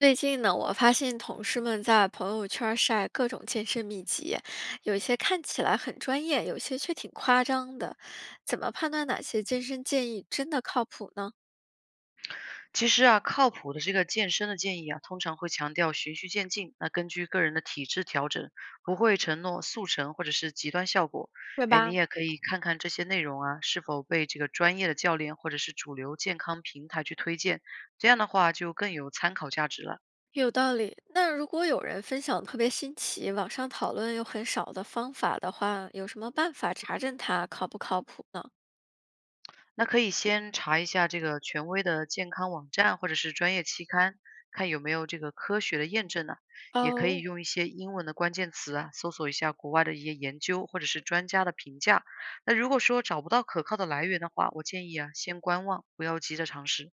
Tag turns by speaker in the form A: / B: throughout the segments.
A: 最近呢，我发现同事们在朋友圈儿晒各种健身秘籍，有些看起来很专业，有些却挺夸张的。怎么判断哪些健身建议真的靠谱呢？
B: 其实啊，靠谱的这个健身的建议啊，通常会强调循序渐进，那根据个人的体质调整，不会承诺速成或者是极端效果。
A: 对
B: 哎，你
A: 吧？
B: 也可以看看这些内容啊，是否被这个专业的教练或者是主流健康平台去推荐，这样的话就更有参考价值了。
A: 有道理。那如果有人分享特别新奇、网上讨论又很少的方法的话，有什么办法查证它靠不靠谱呢？
B: 那可以先查一下这个权威的健康网站或者是专业期刊，看有没有这个科学的验证呢、也可以
A: 哦，
B: 用一些英文的关键词啊，搜索一下国外的一些研究或者是专家的评价。那如果说找不到可靠的来源的话，我建议啊，先观望，不要急着尝试。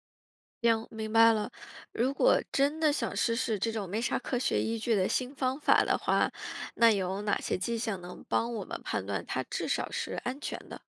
A: 行，明白了。如果真的想试试这种没啥科学依据的新方法的话，那有哪些迹象能帮我们判断它至少是安全的？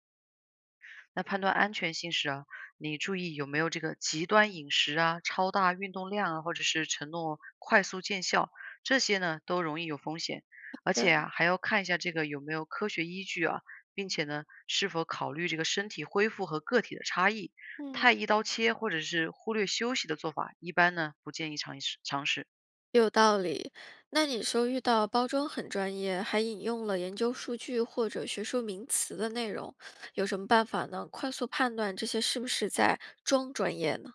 B: 那判断安全性时啊，你注意有没有这个极端饮食啊、超大运动量啊，或者是承诺快速见效，这些呢都容易有风险。
A: 好
B: 而且
A: 的。
B: 啊，还要看一下这个有没有科学依据啊，并且呢，是否考虑这个身体恢复和个体的差异。
A: 嗯。
B: 太一刀切或者是忽略休息的做法，一般呢不建议尝试。
A: 有道理。那你说遇到包装很专业，还引用了研究数据或者学术名词的内容，有什么办法呢？快速判断这些是不是在装专业呢？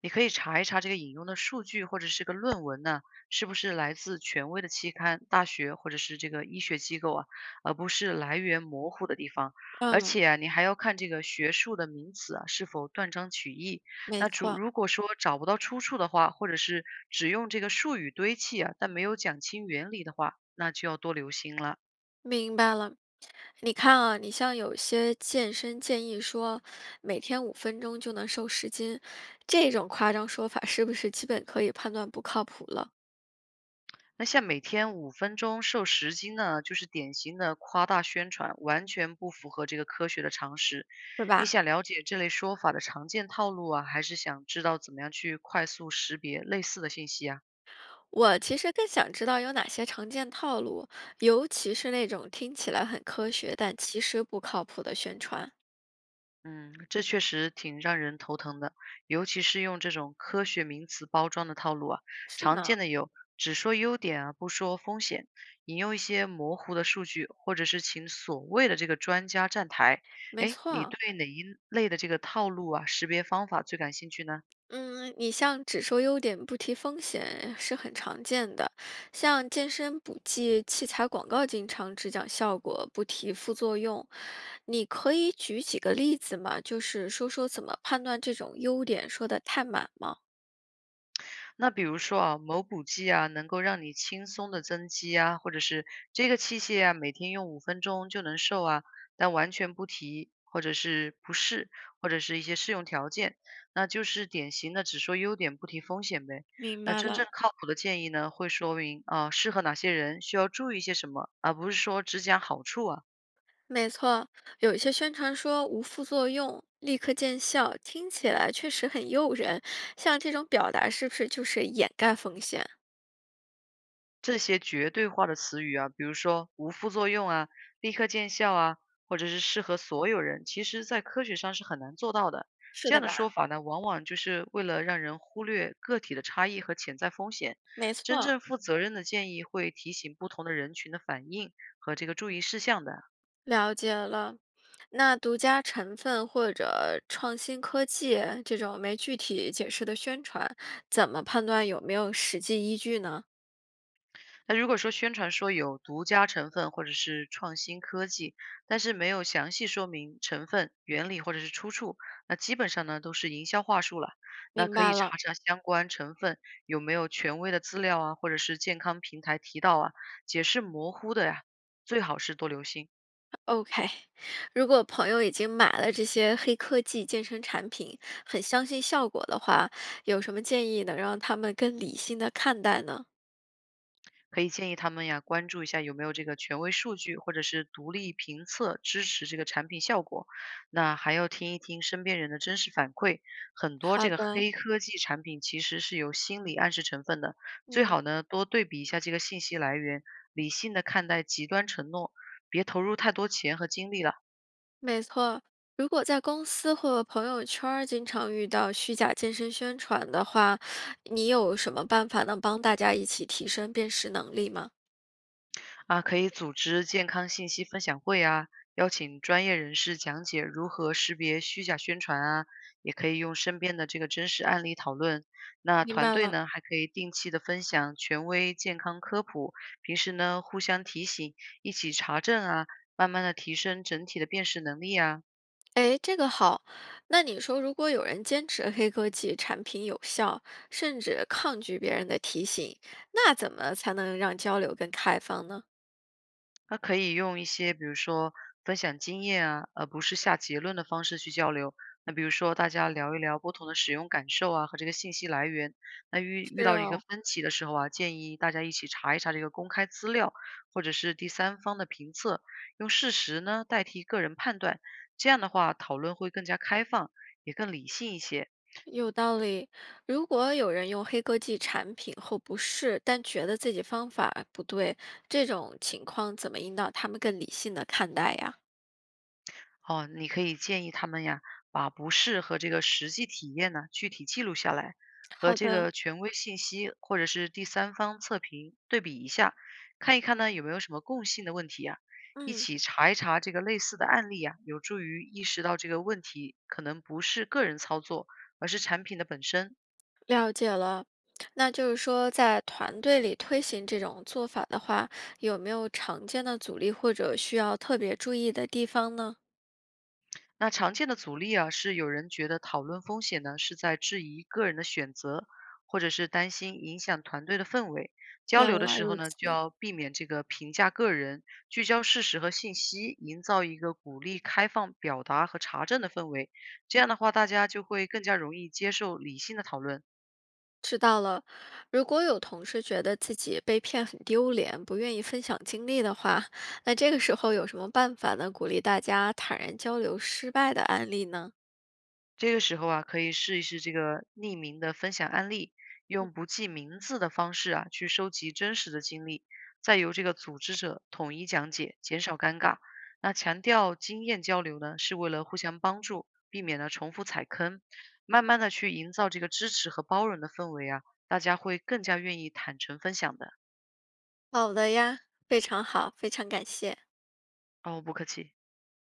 B: 你可以查一查这个引用的数据或者是个论文呢，是不是来自权威的期刊、大学或者是这个医学机构啊，而不是来源模糊的地方。而
A: 嗯。
B: 且啊，你还要看这个学术的名词啊是否断章取义。
A: 没
B: 那主
A: 错。
B: 如果说找不到出处的话，或者是只用这个术语堆砌啊，但没有讲清原理的话，那就要多留心了。
A: 明白了，你看啊，你像有些健身建议说每天5分钟就能瘦10斤，这种夸张说法是不是基本可以判断不靠谱了，
B: 那像每天五分钟瘦10斤呢，就是典型的夸大宣传，完全不符合这个科学的常识。
A: 对
B: 你
A: 吧？
B: 想了解这类说法的常见套路啊，还是想知道怎么样去快速识别类似的信息啊？
A: 我其实更想知道有哪些常见套路，尤其是那种听起来很科学，但其实不靠谱的宣传。
B: 嗯，这确实挺让人头疼的，尤其是用这种科学名词包装的套路啊，
A: 是
B: 常
A: 呢。
B: 见的有只说优点啊，不说风险，引用一些模糊的数据，或者是请所谓的这个专家站台。
A: 没
B: 哎，
A: 错
B: 你
A: 啊。
B: 对哪一类的这个套路啊，识别方法最感兴趣呢？
A: 嗯，你像只说优点不提风险是很常见的，像健身补剂器材广告经常只讲效果，不提副作用。你可以举几个例子吗？就是说说怎么判断这种优点说的太满吗？
B: 那比如说啊，某补剂啊，能够让你轻松的增肌啊，或者是这个器械啊，每天用五分钟就能瘦啊，但完全不提或者是不适，或者是一些适用条件，那就是典型的只说优点不提风险呗。
A: 明
B: 那
A: 白
B: 真
A: 了。
B: 正靠谱的建议呢，会说明啊、适合哪些人，需要注意些什么，而不是说只讲好处啊。
A: 没错，有一些宣传说无副作用、立刻见效，听起来确实很诱人。像这种表达是不是就是掩盖风险？
B: 这些绝对化的词语啊，比如说无副作用啊、立刻见效啊，或者是适合所有人，其实在科学上是很难做到的。
A: 是
B: 这
A: 的
B: 样的
A: 吧？
B: 说法呢，往往就是为了让人忽略个体的差异和潜在风险。
A: 没
B: 真
A: 错。
B: 正负责任的建议会提醒不同的人群的反应和这个注意事项的。
A: 了解了。那独家成分或者创新科技这种没具体解释的宣传，怎么判断有没有实际依据呢？
B: 那如果说宣传说有独家成分或者是创新科技，但是没有详细说明成分、原理或者是出处，那基本上呢都是营销话术了。那
A: 明
B: 可
A: 白
B: 以
A: 了
B: 查查相关成分有没有权威的资料啊，或者是健康平台提到啊，解释模糊的呀，最好是多留心。
A: ，OK。如果朋友已经买了这些黑科技健身产品，很相信效果的话，有什么建议能让他们更理性的看待呢？
B: 可以建议他们呀，关注一下有没有这个权威数据或者是独立评测支持这个产品效果。那还要听一听身边人的真实反馈，很多
A: 好
B: 这个
A: 的。
B: 黑科技产品其实是有心理暗示成分的，最
A: 嗯。
B: 好呢多对比一下这个信息来源，理性的看待极端承诺，别投入太多钱和精力了。
A: 没错，如果在公司或朋友圈儿经常遇到虚假健身宣传的话，你有什么办法能帮大家一起提升辨识能力吗？
B: 啊，可以组织健康信息分享会啊，邀请专业人士讲解如何识别虚假宣传啊，也可以用身边的这个真实案例讨论。那
A: 明
B: 团
A: 白
B: 队
A: 了。
B: 呢，还可以定期的分享权威健康科普，平时呢互相提醒，一起查证啊，慢慢的提升整体的辨识能力啊。
A: 哎，这个好。那你说，如果有人坚持黑科技产品有效，甚至抗拒别人的提醒，那怎么才能让交流更开放呢？
B: 那可以用一些，比如说分享经验啊，而不是下结论的方式去交流。那比如说，大家聊一聊不同的使用感受啊，和这个信息来源。那遇遇
A: 是
B: 到一个
A: 哦。
B: 分歧的时候啊，建议大家一起查一查这个公开资料，或者是第三方的评测，用事实呢代替个人判断。这样的话，讨论会更加开放，也更理性一些。
A: 有道理。如果有人用黑科技产品后不适，但觉得自己方法不对，这种情况怎么引导他们更理性的看待呀？
B: 哦，你可以建议他们呀，把不适和这个实际体验呢，具体记录下来，和
A: 好
B: 这
A: 的。
B: 个权威信息或者是第三方测评对比一下，看一看呢有没有什么共性的问题呀，一
A: 嗯。
B: 起查一查这个类似的案例呀，有助于意识到这个问题可能不是个人操作，而是产品的本身。
A: 了解了。那就是说，在团队里推行这种做法的话，有没有常见的阻力或者需要特别注意的地方呢？
B: 那常见的阻力啊，是有人觉得讨论风险呢，是在质疑个人的选择，或者是担心影响团队的氛围。交
A: 原
B: 流的
A: 来
B: 时候
A: 如
B: 呢，就
A: 此。
B: 要避免这个评价个人，聚焦事实和信息，营造一个鼓励开放表达和查证的氛围。这样的话，大家就会更加容易接受理性的讨论。
A: 知道了，如果有同事觉得自己被骗很丢脸，不愿意分享经历的话，那这个时候有什么办法呢？鼓励大家坦然交流失败的案例呢？
B: 这个时候啊，可以试一试这个匿名的分享案例，用不记名字的方式啊，去收集真实的经历，再由这个组织者统一讲解，减少尴尬。那强调经验交流呢，是为了互相帮助，避免呢重复踩坑，慢慢的去营造这个支持和包容的氛围啊，大家会更加愿意坦诚分享的。
A: 好的呀，非常好，非常感谢。
B: 哦，不客气。